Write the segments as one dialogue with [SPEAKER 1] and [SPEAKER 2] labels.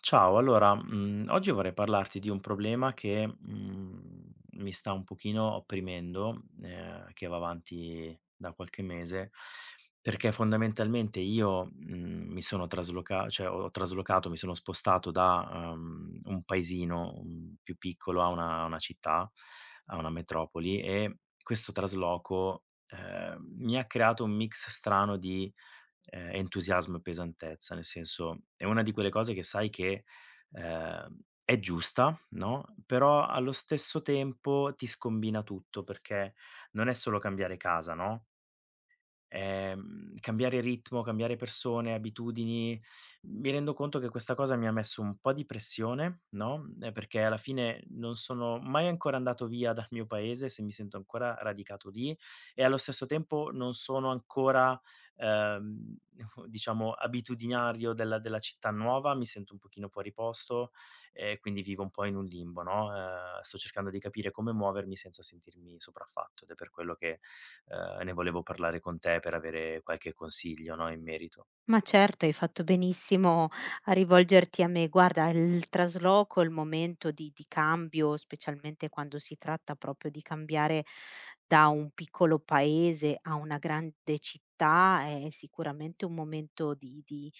[SPEAKER 1] Ciao, allora, oggi vorrei parlarti di un problema che, mi sta un pochino opprimendo, che va avanti da qualche mese, perché fondamentalmente io, mi sono trasloca cioè ho traslocato, mi sono spostato da, un paesino, più piccolo a una città, a una metropoli e questo trasloco, mi ha creato un mix strano di entusiasmo e pesantezza, nel senso, è una di quelle cose che sai che, è giusta, no, però allo stesso tempo ti scombina tutto, perché non è solo cambiare casa, no, cambiare ritmo, cambiare persone, abitudini. Mi rendo conto che questa cosa mi ha messo un po' di pressione, no, perché alla fine non sono mai ancora andato via dal mio paese, se mi sento ancora radicato lì e allo stesso tempo non sono ancora, ehm, diciamo abitudinario della città nuova, mi sento un pochino fuori posto e quindi vivo un po' in un limbo, no, sto cercando di capire come muovermi senza sentirmi sopraffatto ed è per quello che ne volevo parlare con te per avere qualche consiglio, no, in merito.
[SPEAKER 2] Ma certo, hai fatto benissimo a rivolgerti a me. Guarda, il trasloco, il momento di cambio, specialmente quando si tratta proprio di cambiare da un piccolo paese a una grande città, è sicuramente un momento di di,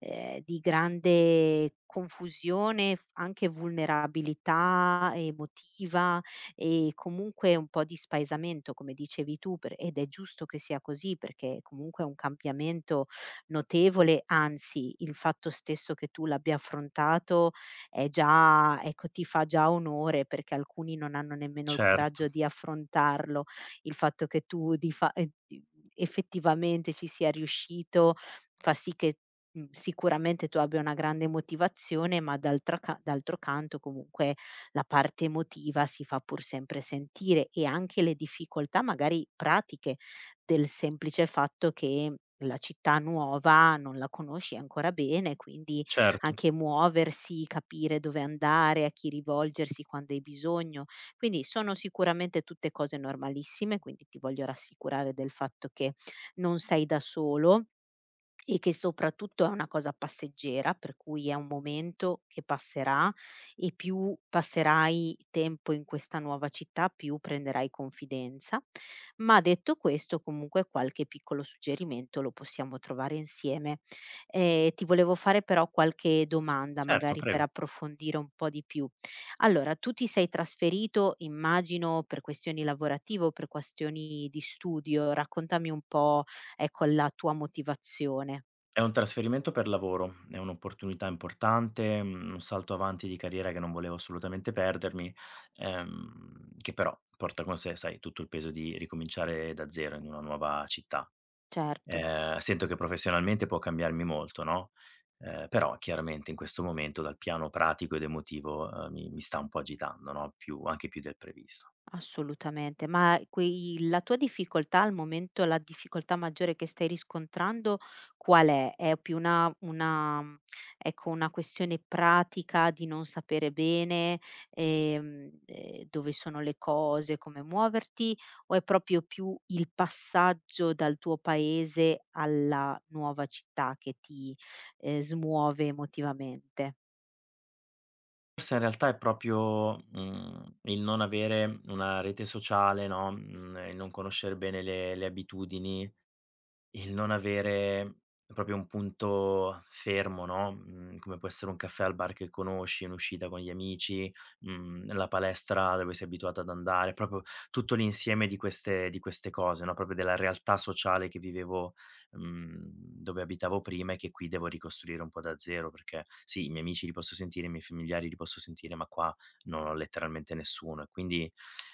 [SPEAKER 2] ehm, di grande confusione, f anche vulnerabilità emotiva e comunque un po' di spaesamento, come dicevi tu, per ed è giusto che sia così, perché comunque è un cambiamento notevole. Anzi, il fatto stesso che tu l'abbia affrontato è già, ecco, ti fa già onore, perché alcuni non hanno nemmeno il coraggio
[SPEAKER 1] Certo,
[SPEAKER 2] di affrontarlo. Il fatto che tu di fa di effettivamente ci sia riuscito fa sì che, mhmm, sicuramente tu abbia una grande motivazione, ma d'altro canto comunque la parte emotiva si fa pur sempre sentire, e anche le difficoltà magari pratiche del semplice fatto che la città nuova non la conosci ancora bene, quindi
[SPEAKER 1] certo,
[SPEAKER 2] anche muoversi, capire dove andare, a chi rivolgersi quando hai bisogno. Quindi sono sicuramente tutte cose normalissime, quindi ti voglio rassicurare del fatto che non sei da solo e che soprattutto è una cosa passeggera, per cui è un momento che passerà, e più passerai tempo in questa nuova città, più prenderai confidenza. Ma detto questo, comunque qualche piccolo suggerimento lo possiamo trovare insieme. Ti volevo fare però qualche domanda,
[SPEAKER 1] certo,
[SPEAKER 2] magari per
[SPEAKER 1] prego.
[SPEAKER 2] approfondire un po' di più. Allora, tu ti sei trasferito, immagino, per questioni lavorative o per questioni di studio. Raccontami un po', ecco, la tua motivazione.
[SPEAKER 1] È un trasferimento per lavoro, è un'opportunità importante, un salto avanti di carriera che non volevo assolutamente perdermi, che però porta con sé, sai, tutto il peso di ricominciare da zero in una nuova città.
[SPEAKER 2] Certo,
[SPEAKER 1] Sento che professionalmente può cambiarmi molto, no, però chiaramente in questo momento dal piano pratico ed emotivo, mi sta un po' agitando, no, più del previsto.
[SPEAKER 2] assolutamente. Ma quei la tua difficoltà al momento, la difficoltà maggiore che stai riscontrando qual è? È più una mm, ecco, una questione pratica di non sapere bene, dove sono le cose, come muoverti, o è proprio più il passaggio dal tuo paese alla nuova città che ti, smuove emotivamente?
[SPEAKER 1] Forse in realtà è proprio, il non avere una rete sociale, no, il non conoscere bene le abitudini, il non avere proprio un punto fermo, no, come può essere un caffè al bar che conosci, un'uscita con gli amici, la palestra dove sei abituato ad andare, proprio tutto l'insieme di queste cose, no, proprio della realtà sociale che vivevo, dove abitavo prima e che qui devo ricostruire un po' da zero, perché sì, i miei amici li posso sentire, i miei familiari li posso sentire, ma qua non ho letteralmente nessuno e quindi,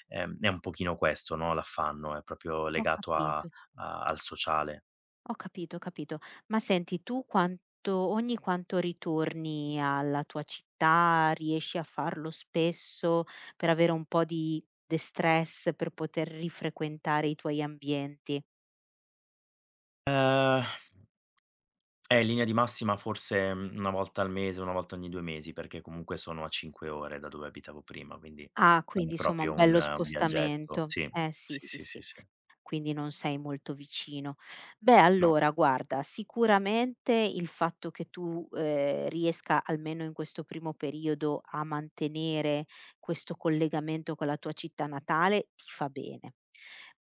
[SPEAKER 1] è un pochino questo, no, l'affanno, è proprio
[SPEAKER 2] Ho
[SPEAKER 1] legato a
[SPEAKER 2] capito.
[SPEAKER 1] al sociale.
[SPEAKER 2] Ho capito, ho capito. Ma senti, tu quanto ogni quanto ritorni alla tua città, riesci a farlo spesso per avere un po' di destress, per poter rifrequentare i tuoi ambienti?
[SPEAKER 1] Ehm, In linea di massima forse, 1 volta al mese, 1 volta ogni 2 mesi, perché comunque sono a 5 ore da dove abitavo prima, quindi
[SPEAKER 2] Ah,
[SPEAKER 1] non è
[SPEAKER 2] quindi insomma un
[SPEAKER 1] proprio
[SPEAKER 2] bello
[SPEAKER 1] un viaggetto.
[SPEAKER 2] spostamento.
[SPEAKER 1] Sì,
[SPEAKER 2] Eh sì,
[SPEAKER 1] sì,
[SPEAKER 2] sì,
[SPEAKER 1] sì,
[SPEAKER 2] sì.
[SPEAKER 1] sì, sì.
[SPEAKER 2] Quindi non sei molto vicino. Beh,
[SPEAKER 1] No.
[SPEAKER 2] allora guarda, sicuramente il fatto che tu, riesca almeno in questo primo periodo a mantenere questo collegamento con la tua città natale ti fa bene,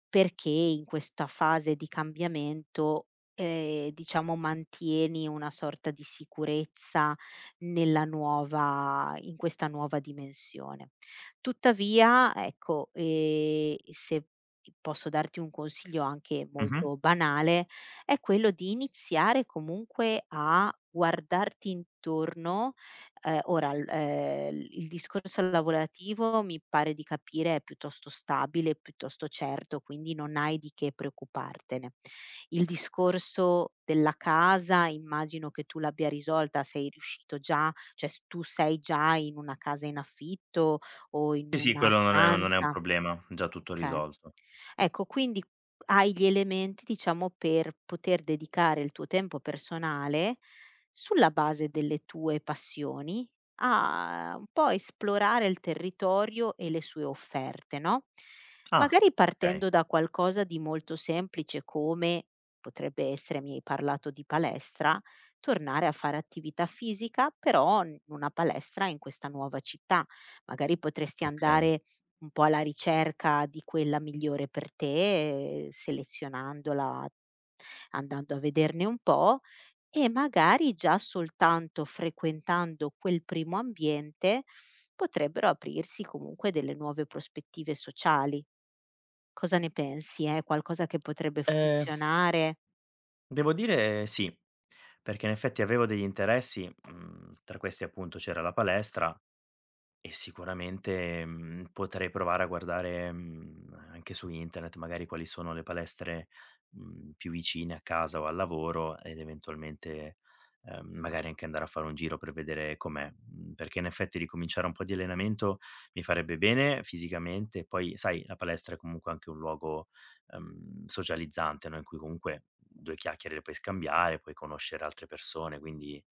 [SPEAKER 2] perché in questa fase di cambiamento, diciamo mantieni una sorta di sicurezza nella nuova in questa nuova dimensione. Tuttavia, ecco, se posso darti un consiglio anche
[SPEAKER 1] Mh-mh.
[SPEAKER 2] molto banale, è quello di iniziare comunque a guardarti intorno. Ora l Il discorso lavorativo mi pare di capire è piuttosto stabile, piuttosto certo, quindi non hai di che preoccupartene. Il discorso della casa immagino che tu l'abbia risolta, sei riuscito già, cioè s tu sei già in una casa in affitto o in
[SPEAKER 1] Sì, sì,
[SPEAKER 2] una
[SPEAKER 1] quello non è un
[SPEAKER 2] stanza?
[SPEAKER 1] problema, già tutto
[SPEAKER 2] Okay.
[SPEAKER 1] risolto.
[SPEAKER 2] Ecco, quindi hai gli elementi, diciamo, per poter dedicare il tuo tempo personale, sulla base delle tue passioni, a un po' esplorare il territorio e le sue offerte, no,
[SPEAKER 1] Ah,
[SPEAKER 2] magari
[SPEAKER 1] okay,
[SPEAKER 2] partendo da qualcosa di molto semplice come potrebbe essere, mi hai parlato di palestra, tornare a fare attività fisica, però in una palestra in questa nuova città. Magari potresti
[SPEAKER 1] okay.
[SPEAKER 2] andare un po' alla ricerca di quella migliore per te, selezionandola, andando a vederne un po', e magari già soltanto frequentando quel primo ambiente potrebbero aprirsi comunque delle nuove prospettive sociali. Cosa ne pensi? È qualcosa che potrebbe
[SPEAKER 1] Ehm,
[SPEAKER 2] funzionare?
[SPEAKER 1] Devo dire sì, perché in effetti avevo degli interessi, tra questi appunto c'era la palestra. E sicuramente, potrei provare a guardare, anche su internet magari quali sono le palestre, più vicine a casa o al lavoro ed eventualmente, magari anche andare a fare un giro per vedere com'è. Mhmm, Perché in effetti ricominciare un po' di allenamento mi farebbe bene fisicamente, poi sai la palestra è comunque anche un luogo, socializzante, no, in cui comunque 2 chiacchiere le puoi scambiare, puoi conoscere altre persone, quindi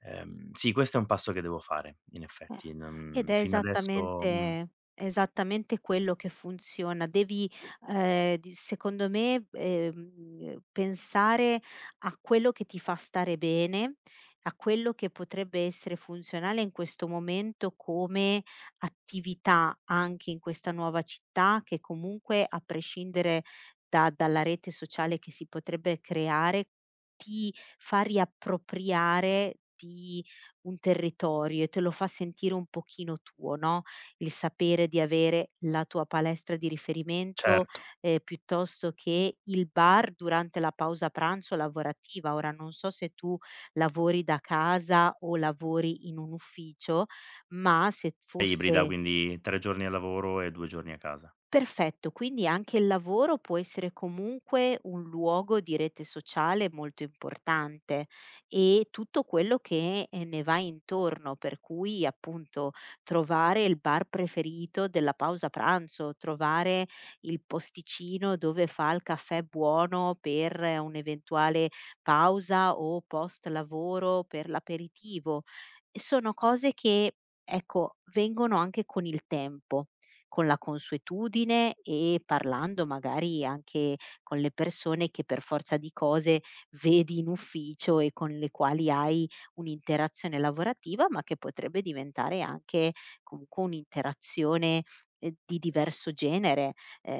[SPEAKER 1] Sì, questo è un passo che devo fare in
[SPEAKER 2] Eh,
[SPEAKER 1] effetti,
[SPEAKER 2] ed
[SPEAKER 1] non
[SPEAKER 2] è
[SPEAKER 1] fino adesso
[SPEAKER 2] esattamente quello che funziona. Devi, di secondo me, pensare a quello che ti fa stare bene, a quello che potrebbe essere funzionale in questo momento come attività anche in questa nuova città che comunque, a prescindere da dalla rete sociale che si potrebbe creare, ti fa riappropriare di un territorio e te lo fa sentire un pochino tuo, no, il sapere di avere la tua palestra di riferimento,
[SPEAKER 1] certo,
[SPEAKER 2] piuttosto che il bar durante la pausa pranzo lavorativa. Ora non so se tu lavori da casa o lavori in un ufficio, ma se
[SPEAKER 1] è ibrida,
[SPEAKER 2] fosse...
[SPEAKER 1] quindi 3 giorni al lavoro e 2 giorni a casa.
[SPEAKER 2] Perfetto, quindi anche il lavoro può essere comunque un luogo di rete sociale molto importante e tutto quello che ne va intorno, per cui appunto trovare il bar preferito della pausa pranzo, trovare il posticino dove fa il caffè buono per un'eventuale pausa o post lavoro per l'aperitivo. Sono cose che, ecco, vengono anche con il tempo, con la consuetudine, e parlando magari anche con le persone che per forza di cose vedi in ufficio e con le quali hai un'interazione lavorativa, ma che potrebbe diventare anche comunque un'interazione di diverso genere,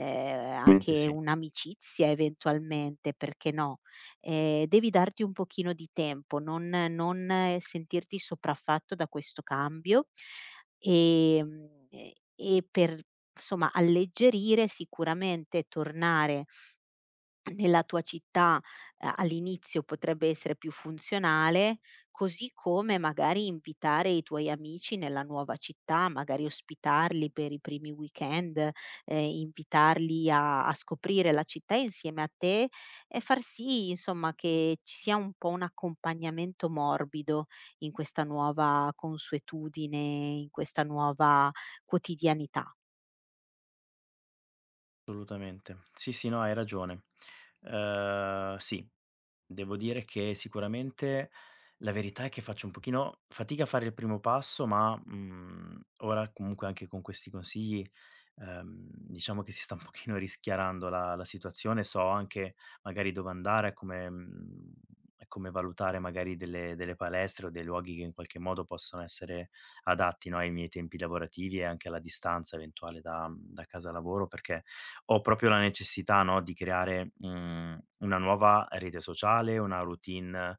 [SPEAKER 1] Mente
[SPEAKER 2] anche
[SPEAKER 1] sì,
[SPEAKER 2] un'amicizia eventualmente, perché no? Devi darti un pochino di tempo, non sentirti sopraffatto da questo cambio. Ehm, e e per, somma, alleggerire, sicuramente tornare nella tua città, all'inizio potrebbe essere più funzionale, così come magari invitare i tuoi amici nella nuova città, magari ospitarli per i primi weekend, invitarli a scoprire la città insieme a te e far sì insomma che ci sia un po' un accompagnamento morbido in questa nuova consuetudine, in questa nuova quotidianità.
[SPEAKER 1] assolutamente. Sì, sì, no, hai ragione. Sì. Devo dire che sicuramente la verità è che faccio un pochino fatica a fare il primo passo, ma, ora comunque anche con questi consigli, diciamo che si sta un pochino rischiarando la situazione. So anche magari dove andare, come e come valutare magari delle palestre o dei luoghi che in qualche modo possono essere adatti, no, ai miei tempi lavorativi e anche alla distanza eventuale da casa lavoro, perché ho proprio la necessità, no, di creare, una nuova rete sociale, una routine,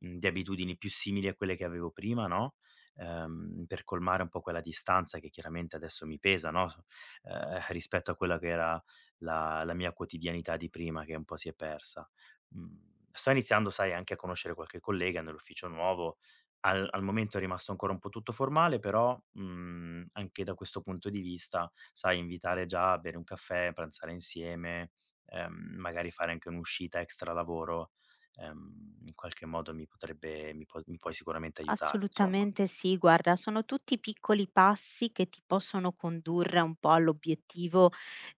[SPEAKER 1] di abitudini più simili a quelle che avevo prima, no, per colmare un po' quella distanza che chiaramente adesso mi pesa, no, s ehm, rispetto a quella che era la mia quotidianità di prima che un po' si è persa. Sto iniziando, sai, anche a conoscere qualche collega nell'ufficio nuovo al momento è rimasto ancora un po' tutto formale, però, anche da questo punto di vista, sai, invitare già a bere un caffè, pranzare insieme, magari fare anche un'uscita extra lavoro, in qualche modo mi potrebbe mi può mi puoi sicuramente aiutare, insomma.
[SPEAKER 2] Assolutamente sì, guarda, sono tutti piccoli passi che ti possono condurre un po' all'obiettivo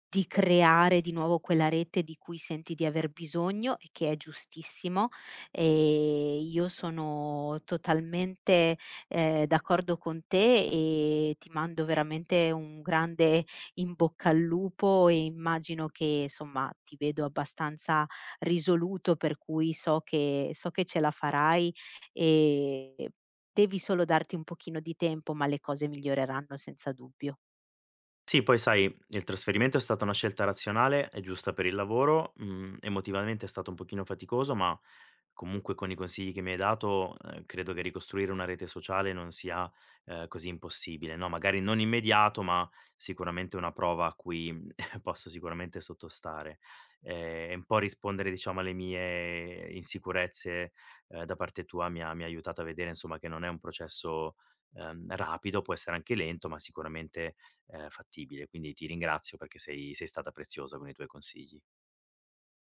[SPEAKER 2] di creare di nuovo quella rete di cui senti di aver bisogno e che è giustissimo. E io sono totalmente d'accordo con te, e ti mando veramente un grande in bocca al lupo, e immagino che insomma ti vedo abbastanza risoluto, per cui so che ce la farai. E devi solo darti un pochino di tempo, ma le cose miglioreranno senza dubbio.
[SPEAKER 1] Sì, poi sai, il trasferimento è stata una scelta razionale e giusta per il lavoro, emotivamente è stato un pochino faticoso, ma comunque con i consigli che mi hai dato, credo che ricostruire una rete sociale non sia, così impossibile, no, magari non immediato, ma sicuramente è una prova a cui, posso sicuramente sottostare. E un po' rispondere diciamo alle mie insicurezze, da parte tua mi ha aiutato a vedere insomma che non è un processo, rapido, può essere anche lento, ma sicuramente, fattibile. Quindi ti ringrazio perché sei stata preziosa con i tuoi consigli.